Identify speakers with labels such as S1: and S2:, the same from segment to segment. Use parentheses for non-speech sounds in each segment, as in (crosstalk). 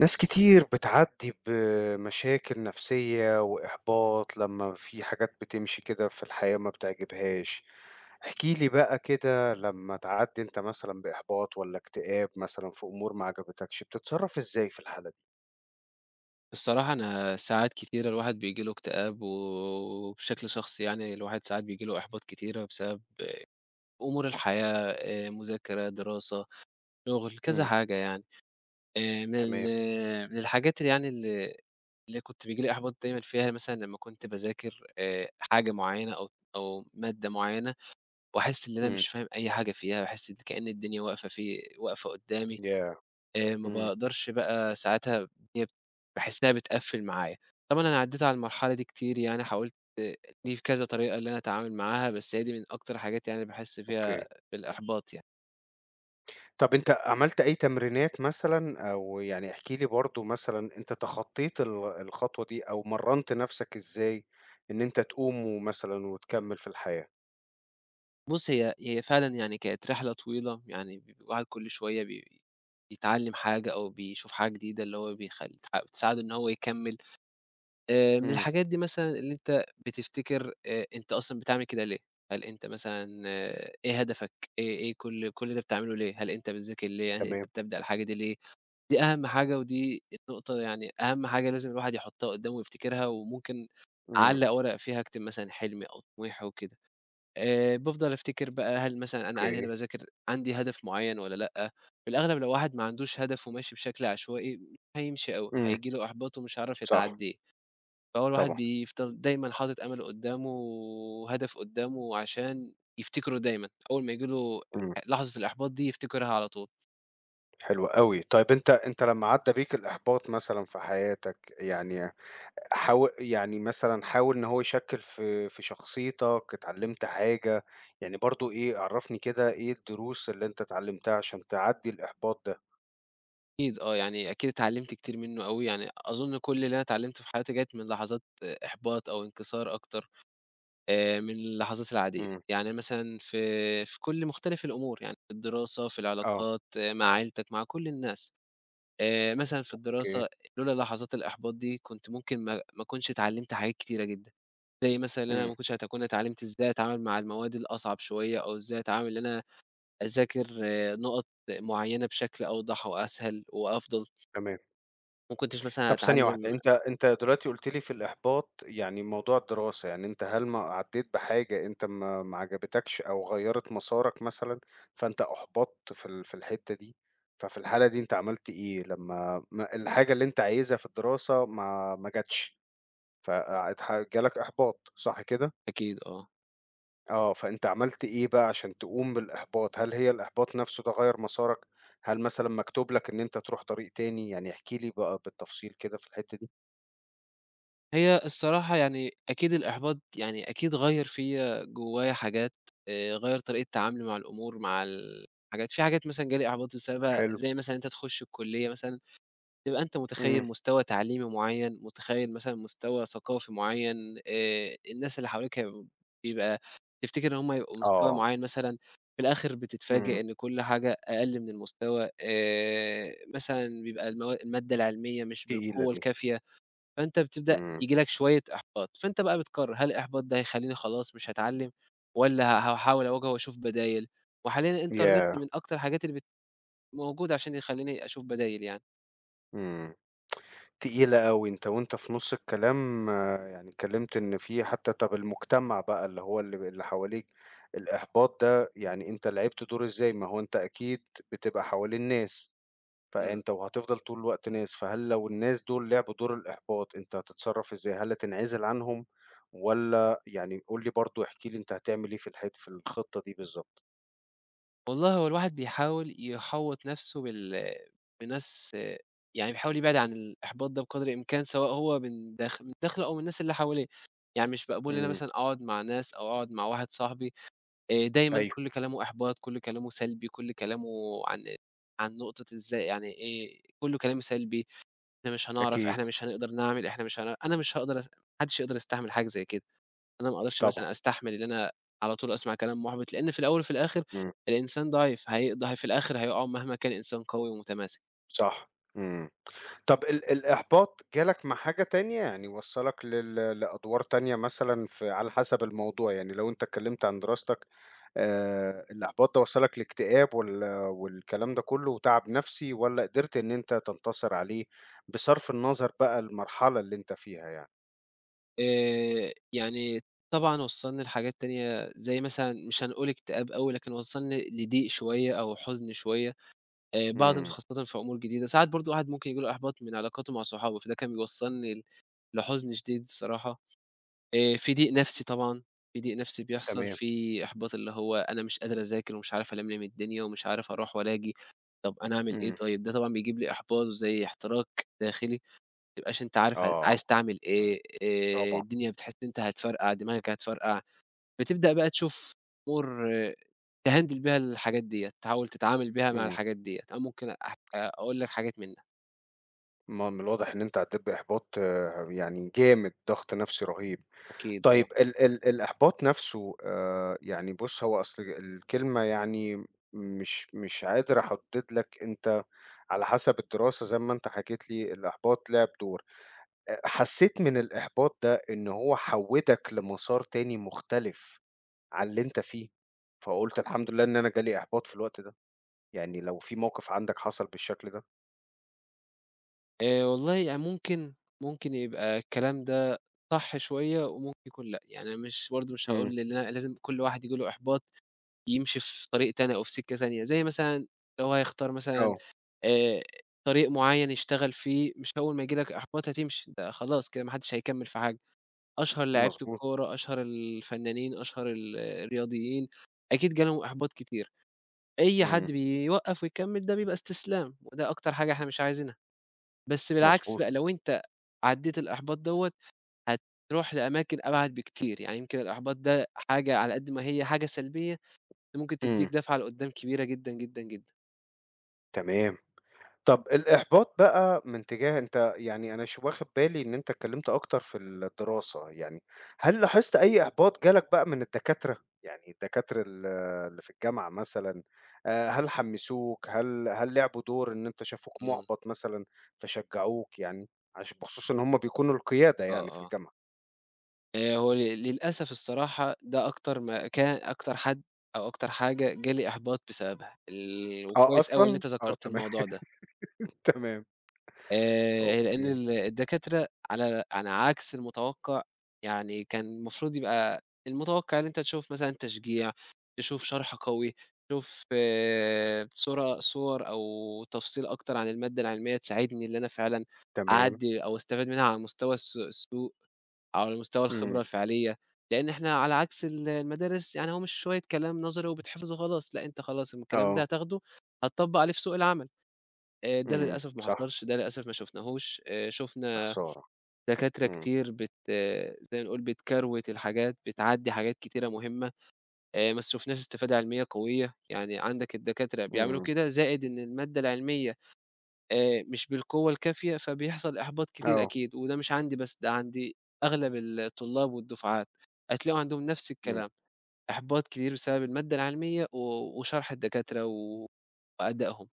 S1: ناس كتير بتعدّي بمشاكل نفسية وإحباط لمّا في حاجات بتمشي كده في الحياة ما بتعجبهاش. احكِ لي بقى كده لمّا تعدّي أنت مثلًا بإحباط والّا اكتئاب مثلًا في أمور ما عجبتكش، بتتصرّف إزاي في الحالة دي؟
S2: الصراحة أنا ساعات كتيرة الواحد بييجي له اكتئاب، و وبشكل شخصي يعني الواحد ساعات بييجي له إحباط كتيرة بسبب أمور الحياة، مذاكرة، دراسة، شغل، كذا
S1: إمم،
S2: حاجة يعني. آآ، من ال
S1: تمام،
S2: من الحاجات اللي يعني اللي اللي كنت بييجي لي إحباط دايمًا فيها مثلًا لمّا كنت باذاكر حاجة معينة أو مادة معينة، وأحس إن أنا
S1: إمم،
S2: مش فاهم أي حاجة فيها، باحس كأن الدنيا واقفة قدامي.
S1: ياه!
S2: ما
S1: إمم،
S2: باقدرش بقى ساعتها هي باحس إنها بتقفّل معايا. طبعًا أنا عدّيت على المرحلة دي كتير يعني حاولت دي كذا طريقة اللي أنا أتعامل معاها، بس هي دي من أكتر الحاجات يعني اللي باحس فيها
S1: أوكي.
S2: بالإحباط يعني.
S1: طَب أنت عملت أي تمرينات مثلًا أو يعني احكِ لي برضه مثلًا أنت تخطّيت الخطوة دي أو مرّنت نَفْسك إزاي إن أنت تقوم ومثلًا وتكمّل في الحياة؟
S2: بُص، هي فعلًا يعني كانت رحلة طويلة، يعني الواحد كل شوية بيتعلّم حاجة أو بيشوف حاجة جديدة اللي هو بيخل تح بتساعده إن هو يكمّل. من
S1: إمم.
S2: الحاجات دي مثلًا اللي أنت بتفتكر أنت أصلًا بتعمل كده ليه؟ هل أنت مثلًا إيه هدفك؟ إيه كل ده بتعمله ليه؟ هل أنت بتذاكر ليه؟ هل أنت
S1: تمام،
S2: بتبدأ الحاجة دي ليه؟ دي أهم حاجة ودي النقطة يعني أهم حاجة لازم الواحد يحطها قدّامه ويفتكرها وممكن
S1: إمم،
S2: أعلّق ورقة فيها أكتب مثلًا حلمي أو طموحي وكده. بافضل أفتكر بقى هل مثلًا أنا قاعد هنا
S1: أوكي،
S2: باذاكر عندي هدف معيّن والّا لأ؟ في الأغلب لو واحد ما عندوش هدف وماشي بشكل عشوائي، هيمشي أوي،
S1: إمم،
S2: هييجي له إحباط ومش هيعرف
S1: صح،
S2: يتعدّيه. فهو الواحد
S1: طبعًا،
S2: بيفضل دايمًا حاطط أمله قدّامه وهدف قدّامه عشان يفتكره دايمًا، أول ما ييجي له
S1: إمم،
S2: لحظة الإحباط دي يفتكرها على طول.
S1: حلو أوي، طيب أنت لمّا عدّى بيك الإحباط مثلًا في حياتك، يعني يعني مثلًا حاول إن هو يشكِّل في شخصيتك، اتعلّمت حاجة، يعني برضه إيه عرّفني كده إيه الدروس اللي أنت اتعلّمتها عشان تعدّي الإحباط ده؟
S2: أكيد آه، يعني أكيد اتعلّمت كتير منّه أوي، يعني أظن كل اللي أنا اتعلّمته في حياتي جات من لحظات إحباط أو انكسار أكتر من اللحظات العادية.
S1: إمم،
S2: يعني مثلًا في كل مختلف الأمور، يعني في الدراسة، في
S1: آه،
S2: العلاقات، مع عيلتك، مع كل الناس. مثلًا في
S1: أوكي،
S2: الدراسة لولا لحظات الإحباط دي كنت ممكن ما أكونش اتعلّمت حاجات كتيرة جدًا، زي مثلًا إن أنا
S1: إمم،
S2: ما كنتش هاكون اتعلّمت إزاي أتعامل مع المواد الأصعب شوية أو إزاي أتعامل إن أنا أذاكر نُقط معيّنة بشكل أوضح وأسهل وأفضل،
S1: تمام.
S2: ما كنتش مثلًا
S1: طب ثانية واحدة،
S2: هاتعلّم
S1: أنت دلوقتي قُلت لي في الإحباط يعني موضوع الدراسة، يعني أنت هل ما عدّيت بحاجة أنت ما عجبتكش أو غيّرت مسارك مثلًا، فأنت أُحبطت في الحتّة دي، ففي الحالة دي أنت عملت إيه لمّا ما الحاجة اللي أنت عايزها في الدراسة ما جاتش، فقعد جالك إحباط صح كده؟
S2: أكيد آه.
S1: آه، فأنت عملت إيه بقى عشان تقوم بالإحباط، هل هي الإحباط نَفْسه ده غيّر مسارك، هل مثلًا مكتوب لك إن أنت تروح طريق تاني، يعني احكِ لي بقى بالتفصيل كده في الحتّة دي؟
S2: هي الصراحة يعني أكيد الإحباط يعني أكيد غيّر فيّا جوّايا حاجات، غيّر طريقة تعاملي مع الأمور، مع الحاجات في حاجات مثلًا جالي إحباط بسببها
S1: حلو.
S2: زي مثلًا إن أنت تخُش الكُلّية مثلًا تبقى أنت متخيّل
S1: إمم،
S2: مستوى تعليمي معيّن، متخيّل مثلًا مستوى ثقافي معيّن، الناس اللي حواليك هيبقوا بيبقى تفتكر إن هم يبقوا مستوى
S1: آه،
S2: معيّن مثلًا، في الآخر
S1: إمم،
S2: بتتفاجئ إن كل حاجة أقل من المستوى، مثلًا بيبقى المادة العلمية مش
S1: تقيلة
S2: بالقوة
S1: دي،
S2: الكافية، فأنت بتبدأ
S1: إمم،
S2: ييجي لك شوية إحباط، فأنت بقى بتقرر هل الإحباط ده هيخلّيني خلاص مش هاتعلّم، والّا هاحاول أواجه وأشوف بدايل؟ وحاليًا الإنترنت
S1: ياه!
S2: من أكتر الحاجات اللي موجودة عشان يخلّيني أشوف بدايل يعني.
S1: إمم، تقيلة أوي، أنت في نُص الكلام يعني اتكلمت إن في حتى طَب المجتمع بقى اللي هو اللي ب اللي حواليك، الإحباط ده يعني أنت لعبت دور إزاي؟ ما هو أنت أكيد بتبقى حوالين ناس،
S2: إمم.
S1: فأنت وهتفضل طول الوقت ناس، فهل لو الناس دول لعبوا دور الإحباط أنت هتتصرّف إزاي؟ هل هتنعزل عنهم والّا يعني قُل لي برضه احكِ لي أنت هتعمل إيه في الخطة دي بالضبط؟
S2: والله هو الواحد بيحاول يحوّط نَفْسه بناس يعني بيحاول يبعد عن الإحباط ده بقدر الإمكان، سواء هو من داخله أو من الناس اللي حواليه، يعني مش مقبول إن أنا
S1: إمم،
S2: مثلًا أقعد مع ناس أو أقعد مع واحد صاحبي دايمًا
S1: أيوه،
S2: كل كلامه إحباط، كل كلامه سلبي، كل كلامه عن عن نقطة إزاي يعني إيه، كُلّه كلام سلبي، إحنا مش هنعرف،
S1: أكيد،
S2: إحنا مش هنقدر نعمل، إحنا مش هن أنا مش هاقدر أس ما حدّش يقدر يستحمل حاجة زي كده. أنا ما أقدرش
S1: طبعًا.
S2: مثلًا أستحمل إن أنا على طول أسمع كلام مُحبِط، لإن في الأول وفي الآخر
S1: إمم،
S2: الإنسان ضعيف، في الآخر هيقع مهما كان إنسان قوي ومتماسك.
S1: صح، إمم. طب الإحباط جالك مع حاجة تانية، يعني وصّلك لأدوار تانية مثلًا في على حسب الموضوع، يعني لو أنت اتكلمت عن دراستك، الإحباط ده وصّلك لاكتئاب والكلام ده كله وتعب نفسي، والّا قدرت إن أنت تنتصر عليه بصرف النظر بقى المرحلة اللي أنت فيها يعني؟
S2: يعني طبعًا وصّلني لحاجات تانية زي مثلًا مش هنقول اكتئاب أوي، لكن وصّلني لضيق شوية أو حزن شوية، بعد
S1: إمم،
S2: خاصةً في أمور جديدة، ساعات برضه الواحد ممكن ييجي له إحباط من علاقاته مع صحابه، فده كان بيوصّلني لحزن شديد الصراحة. في ضيق نفسي طبعًا، في ضيق نفسي بيحصل،
S1: تمام،
S2: في إحباط اللي هو أنا مش قادر أذاكر ومش عارف ألملم من الدنيا ومش عارف أروح ولا آجي، طب أنا أعمل إيه
S1: إمم،
S2: طيب؟ ده طبعًا بيجيب لي إحباط وزي احتراق داخلي، ما تبقاش أنت عارف
S1: آه،
S2: عايز تعمل
S1: إمم،
S2: إيه،
S1: طبعًا،
S2: الدنيا بتحس أنت هتفرقع، دماغك هتفرقع، بتبدأ بقى تشوف أمور تhandle بيها الحاجات ديّة، تحاول تتعامل بيها مع
S1: إمم،
S2: الحاجات ديّة، أنا ممكن أقول لك حاجات منها،
S1: ما من الواضح إن أنت عدّيت بإحباط يعني جامد، ضغط نفسي رهيب.
S2: أكيد آه،
S1: طيب ال ال الإحباط نَفْسه، يعني بُص هو أصل الكلمة يعني مش قادر أحدد لك أنت على حسب الدراسة زي ما أنت حكيت لي الإحباط لعب دور، حسيت من الإحباط ده إن هو حوّدك لمسار تاني مختلف عن اللي أنت فيه، فقُلت الحمد لله إن أنا جالي إحباط في الوقت ده، يعني لو في موقف عندك حصل بالشكل ده؟
S2: والله يعني ممكن يبقى الكلام ده صح شوية وممكن يكون لأ، يعني أنا مش برضه مش
S1: إمم،
S2: هاقول إن أنا لازم كل واحد ييجي له إحباط يمشي في طريق تاني أو في سكة تانية، زي مثلًا لو هيختار مثلًا
S1: آه،
S2: آآ طريق معيّن يشتغل فيه، مش أول ما ييجي لك إحباط هتمشي، ده خلاص كده ما حدش هيكمّل في حاجة، أشهر لعيبة
S1: مضبوط،
S2: الكورة، أشهر الفنانين، أشهر الرياضيين، أكيد جالهم إحباط كتير، أي حد
S1: إمم،
S2: بيوقّف ويكمّل ده بيبقى استسلام، وده أكتر حاجة إحنا مش عايزينها، بس بالعكس
S1: مضبوط،
S2: بقى لو أنت عدّيت الإحباط دوّة هتروح لأماكن أبعد بكتير، يعني يمكن الإحباط ده حاجة على قد ما هي حاجة سلبية، ممكن تدّيك
S1: إمم،
S2: دفعة لقدّام كبيرة جدًا، جدًا، جدًا.
S1: تمام. طب الإحباط بقى من تجاه أنت يعني أنا واخد بالي إن أنت اتكلمت أكتر في الدراسة يعني، هل لاحظت أي إحباط جالك بقى من الدكاترة؟ يعني الدكاترة اللي في الجامعة مثلًا، هل حمسوك، هل لعبوا دور إن أنت شافوك
S2: إمم،
S1: مُحبط مثلًا فشجعوك يعني؟ عشان بخصوص إن هم بيكونوا القيادة
S2: آه،
S1: يعني في
S2: آه.
S1: الجامعة.
S2: هو للأسف الصراحة ده أكتر مكان أكتر حد أو أكتر حاجة جالي إحباط بسببها،
S1: آه
S2: وكويس أوي إن
S1: أصلًا؟
S2: أنت
S1: آه
S2: ذكرت
S1: تمام،
S2: الموضوع
S1: (laughs)
S2: ده.
S1: تمام،
S2: لإن
S1: أوكي،
S2: الدكاترة على عكس المتوقع، يعني كان المفروض يبقى المتوقع إن أنت تشوف مثلًا تشجيع، تشوف شرح قوي، تشوف صور أو تفصيل أكتر عن المادة العلمية تساعدني إن أنا فعلًا
S1: تمام،
S2: أعدّي أو أستفاد منها على مستوى السوق أو على مستوى الخبرة
S1: إمم،
S2: الفعلية، لإن إحنا على عكس المدارس يعني هو مش شوية كلام نظري وبتحفظه وخلاص، لأ أنت خلاص الكلام ده
S1: آه،
S2: هتاخده هتطبّق عليه في سوق العمل. ده
S1: إمم،
S2: للأسف ما
S1: صح،
S2: حصلش، ده للأسف ما شُفناهوش،
S1: يا
S2: شُفنا
S1: خسارة،
S2: دكاترة
S1: إمم،
S2: كتير زي ما نقول بتكروِت الحاجات، بتعدّي حاجات كتيرة مهمة، ما شُفناش استفادة علمية قوية، يعني عندك الدكاترة بيعملوا
S1: إمم،
S2: كده، زائد إن المادة العلمية مش بالقوة الكافية، فبيحصل إحباط كتير
S1: آه،
S2: أكيد، وده مش عندي بس، ده عندي أغلب الطلاب والدفعات، هتلاقوا عندهم نفس
S1: إمم.
S2: الكلام، إحباط كتير بسبب المادة العلمية و وشرح الدكاترة و وأدائهم.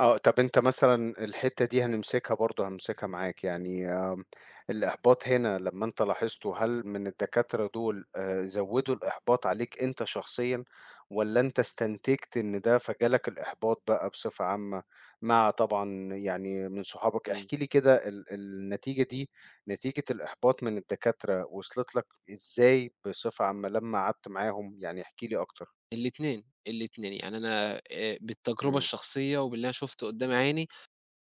S1: آه، طب أنت مثلًا الحتّة دي هنمسكها برضه، هامسكها معاك، يعني الإحباط هنا لمّا أنت لاحظته، هل من الدكاترة دول، زوّدوا الإحباط عليك أنت شخصيًا، والّا أنت استنتجت إن ده فجالك الإحباط بقى بصفة عامة، مع طبعًا يعني من صحابك؟
S2: إمم.
S1: احكِ لي كده النتيجة دي، نتيجة الإحباط من الدكاترة وصلت لك إزاي بصفة عامة لمّا قعدت معاهم؟ يعني احكِ لي أكتر.
S2: الاتنين، الاتنين، يعني أنا بالتجربة
S1: إمم،
S2: الشخصية وباللي أنا شُفته قدّام عيني،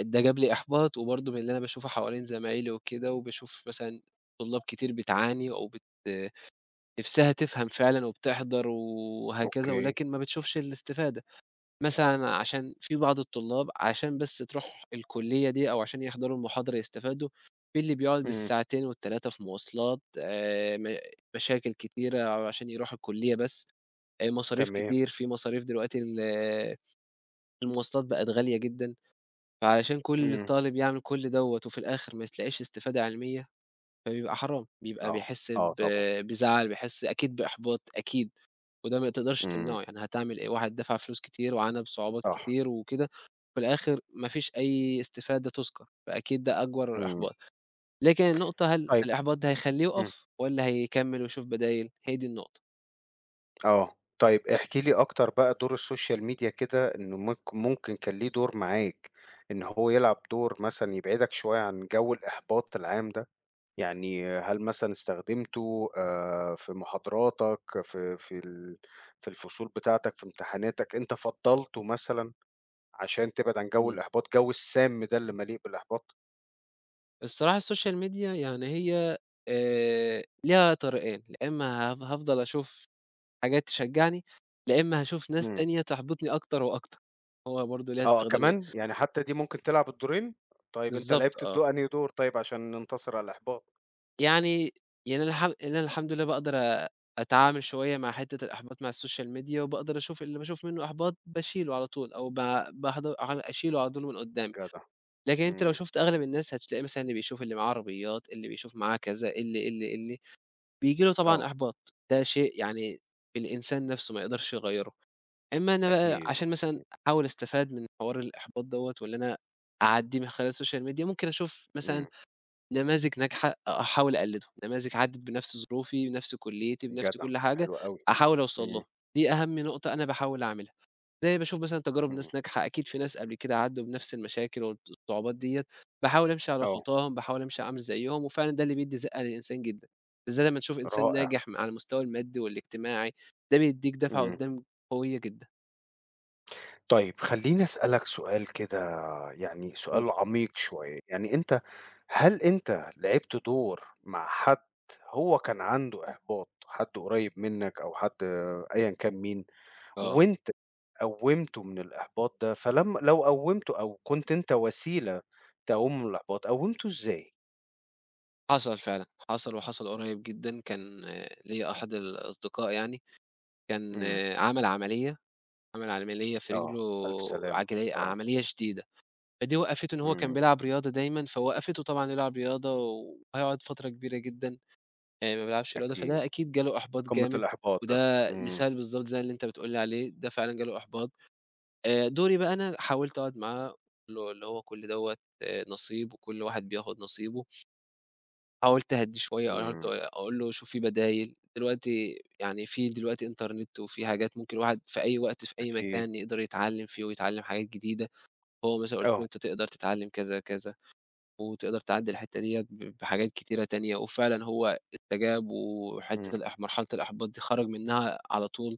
S2: ده جاب لي إحباط، وبرضه من اللي أنا باشوفه حوالين زمايلي وكده، وباشوف مثلًا طلاب كتير بتعاني أو نِفْسها تفهم فعلًا وبتحضر وهكذا،
S1: أوكي،
S2: ولكن ما بتشوفش الاستفادة، مثلًا عشان في بعض الطلاب عشان بس تروح الكلية دي أو عشان يحضروا المحاضرة يستفادوا، في اللي بيقعد
S1: إمم،
S2: بالساعتين وال3 في مواصلات، م مشاكل كتيرة عشان يروح الكلية بس. مصاريف
S1: تمام،
S2: كتير، في مصاريف دلوقتي المواصلات بقت غالية جدًا، فعلشان كل
S1: إمم.
S2: طالب يعمل كل دوّة وفي الآخر ما تلاقيش استفادة علمية، فبيبقى حرام، بيبقى
S1: آه،
S2: بيحس
S1: آه طبعًا،
S2: بزعل، بيحس أكيد بإحباط أكيد، وده ما تقدرش
S1: إمم،
S2: تمنعه، يعني هتعمل إيه؟ واحد دفع فلوس كتير وعانى بصعوبات
S1: صح،
S2: كتير وكده، في الآخر ما فيش أي استفادة تُذكر، فأكيد ده أكبر
S1: إمم،
S2: إحباط. لكن النقطة هل
S1: طيب
S2: الإحباط ده هيخلّيه
S1: إمم،
S2: يُقف والّا هيكمّل ويشوف بدايل؟ هي دي النقطة.
S1: آه، طيب احكِ لي أكتر بقى دور الSocial media كده إنه ممكن كان ليه دور معاك إن هو يلعب دور مثلًا يبعدك شوية عن جو الإحباط العام ده، يعني هل مثلًا استخدمته في محاضراتك في الفصول بتاعتك، في امتحاناتك، أنت فضّلته مثلًا عشان تبعد عن جو
S2: إمم.
S1: الإحباط، جو السام ده اللي مليء بالإحباط؟
S2: الصراحة السوشيال ميديا يعني هي ليها طريقين، يا إمّا هافضل أشوف حاجات تشجّعني، يا إمّا هاشوف ناس
S1: إمم.
S2: تانية تحبطني أكتر وأكتر، هو برضه ليها
S1: آه،
S2: استخدامين،
S1: كمان! يعني حتى دي ممكن تلعب الدورين؟ طيب أنت
S2: بالضبط
S1: لعبت
S2: آه،
S1: أنهي دور طيب عشان ننتصر على الإحباط؟
S2: يعني يعني أنا الحمد لله باقدر أتعامل شوية مع حتّة الإحباط مع السوشيال ميديا، وباقدر أشوف اللي باشوف منّه إحباط باشيله على طول، أو باحض على أشيله على طول من قدّامي،
S1: جدع،
S2: لكن أنت لو
S1: إمم،
S2: شُفت أغلب الناس هتلاقي مثلًا اللي بيشوف اللي معاه عربيات، اللي بيشوف معاه كذا، اللي، اللي، اللي. بييجي له طبعًا
S1: آه،
S2: إحباط، ده شيء يعني الإنسان نَفْسه ما يقدرش يغيّره، إمّا أنا بقى
S1: أكيد،
S2: عشان مثلًا
S1: إمم،
S2: أحاول أستفاد من حوار الإحباط دوّة وإن أنا أعدّيه من خلال الsocial media ممكن أشوف مثلًا
S1: إمم.
S2: نماذج ناجحة أحاول أقلّدهم، نماذج عدّت بنَفْس ظروفي، بنَفْس كُلّيتي، بنَفْس
S1: جدع،
S2: كل حاجة،
S1: حلو أوي،
S2: أحاول أوصل
S1: إمم،
S2: لهم، دي أهم نقطة أنا باحاول أعملها. زي باشوف مثلًا تجارب
S1: إمم،
S2: ناس ناجحة، أكيد في ناس قبل كده عدّوا بنفس المشاكل الصعوبات ديّة، باحاول أمشي على
S1: آه،
S2: خطاهم، باحاول أمشي أعمل زيّهم، وفعلًا ده اللي بيدّي زقة للإنسان جدًا، بالذات لمّا تشوف إنسان
S1: رائع،
S2: ناجح على المستوى المادي والاجتماعي، ده بيدّيك دفعة
S1: إمم،
S2: قدّام قوية جدًا.
S1: طيب خلّيني أسألك سؤال كده يعني سؤال
S2: اتفضل.
S1: عميق شوية، يعني أنت هل أنت لعبت دور مع حد هو كان عنده إحباط، حد قريب منك أو حد آه، أيًا كان مين،
S2: آه،
S1: وأنت قوّمته من الإحباط ده، فلمّا لو قوّمته أو كنت أنت وسيلة تقوّمه من الإحباط، قوّمته إزاي؟
S2: حصل فعلًا، حصل وحصل قريب جدًا، كان ليّا أحد الأصدقاء يعني، كان
S1: إمم،
S2: عمل عملية، عمل عملية في
S1: آه،
S2: رجله
S1: ألف سلامة، آه،
S2: عملية شديدة. فدي وقّفته إن هو كان
S1: إمم،
S2: بيلعب رياضة دايمًا، فوقّفته طبعًا يلعب رياضة وهيقعد فترة كبيرة جدًا ما بيلعبش رياضة،
S1: أكيد،
S2: فده أكيد جه له إحباط
S1: قمة
S2: جامد،
S1: الإحباط
S2: وده
S1: ده، إمم،
S2: مثال بالضبط زي اللي أنت بتقول لي عليه، ده فعلًا جه له إحباط. دوري بقى أنا حاولت أقعد معاه أقول له اللي هو كل دوّة نصيب وكل واحد بياخد نصيبه، حاولت أهدّيه شوية، حاولت
S1: إمم،
S2: أقول له شوف في بدايل، دلوقتي يعني في دلوقتي إنترنت وفي حاجات ممكن الواحد في أي وقت في أي
S1: أكيد،
S2: مكان يقدر يتعلّم فيه ويتعلّم حاجات جديدة، هو مثلًا قُلت له
S1: آه،
S2: أنت تقدر تتعلّم كذا، كذا. وتقدر تعدّي الحتّة ديّة بحاجات كتيرة تانية، وفعلًا هو استجاب
S1: إمم،
S2: وحتّة مرحلة الإحباط دي خرج منها على طول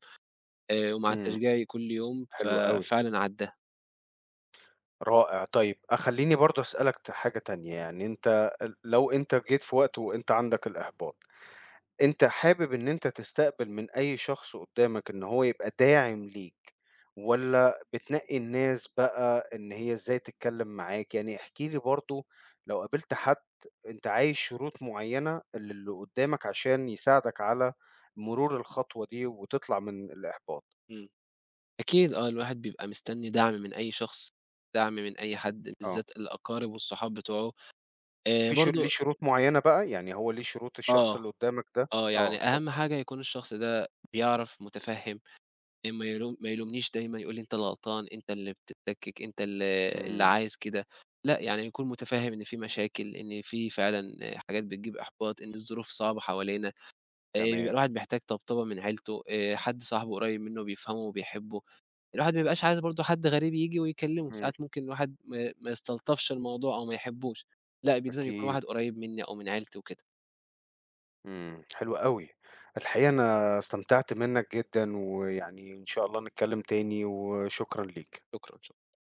S2: ومع
S1: إمم،
S2: التشجيع كل يوم
S1: حلو أوي،
S2: ففعلًا عدّاها،
S1: رائع، طيب خلّيني برضه أسألك حاجة تانية، يعني أنت لو أنت جيت في وقت وأنت عندك الإحباط أنت حابب إن أنت تستقبل من أي شخص قدّامك إن هو يبقى داعم ليك، والّا بتنقّي الناس بقى إن هي إزاي تتكلّم معاك؟ يعني احكِ لي برضه لو قابلت حد أنت عايز شروط معيّنة للي قدّامك عشان يساعدك على مرور الخطوة دي وتطلع من الإحباط.
S2: إمم. أكيد آه، الواحد بيبقى مستني دعم من أي شخص، دعم من أي حد
S1: آه.
S2: بالذات الأقارب والصحاب بتوعه
S1: في ليه
S2: برضه
S1: شروط معيّنة بقى؟ يعني هو ليه شروط الشخص
S2: آه،
S1: اللي قدّامك ده؟
S2: يعني
S1: آه، اتفضل.
S2: أهم حاجة يكون الشخص ده بيعرف مُتفهِّم ما يلومنيش دايمًا يقول لي: "أنت اللي غلطان، أنت اللي بتتلكِّك، أنت اللي
S1: إمم،
S2: عايز كده." لأ، يعني يكون متفهِّم إن في مشاكل، إن في فعلًا حاجات بتجيب إحباط، إن الظروف صعبة حوالينا، بيبقى
S1: تمام.
S2: الواحد محتاج طبطبة من عيلته، حد صاحبه قريب منه بيفهمه وبيحبه. الواحد ما بيبقاش عايز برضه حد غريب ييجي ويكلمه،
S1: إمم،
S2: ساعات ممكن الواحد ما يستلطفش الموضوع أو ما يحبوش، لأ، لازم يكون
S1: أكيد.
S2: واحد قريب مني أو من عيلتي وكده.
S1: إمم، حلو أوي. الحقيقة أنا استمتعت منّك جدًا، ويعني إن شاء الله نتكلّم تاني، وشكرًا ليك.
S2: شكرًا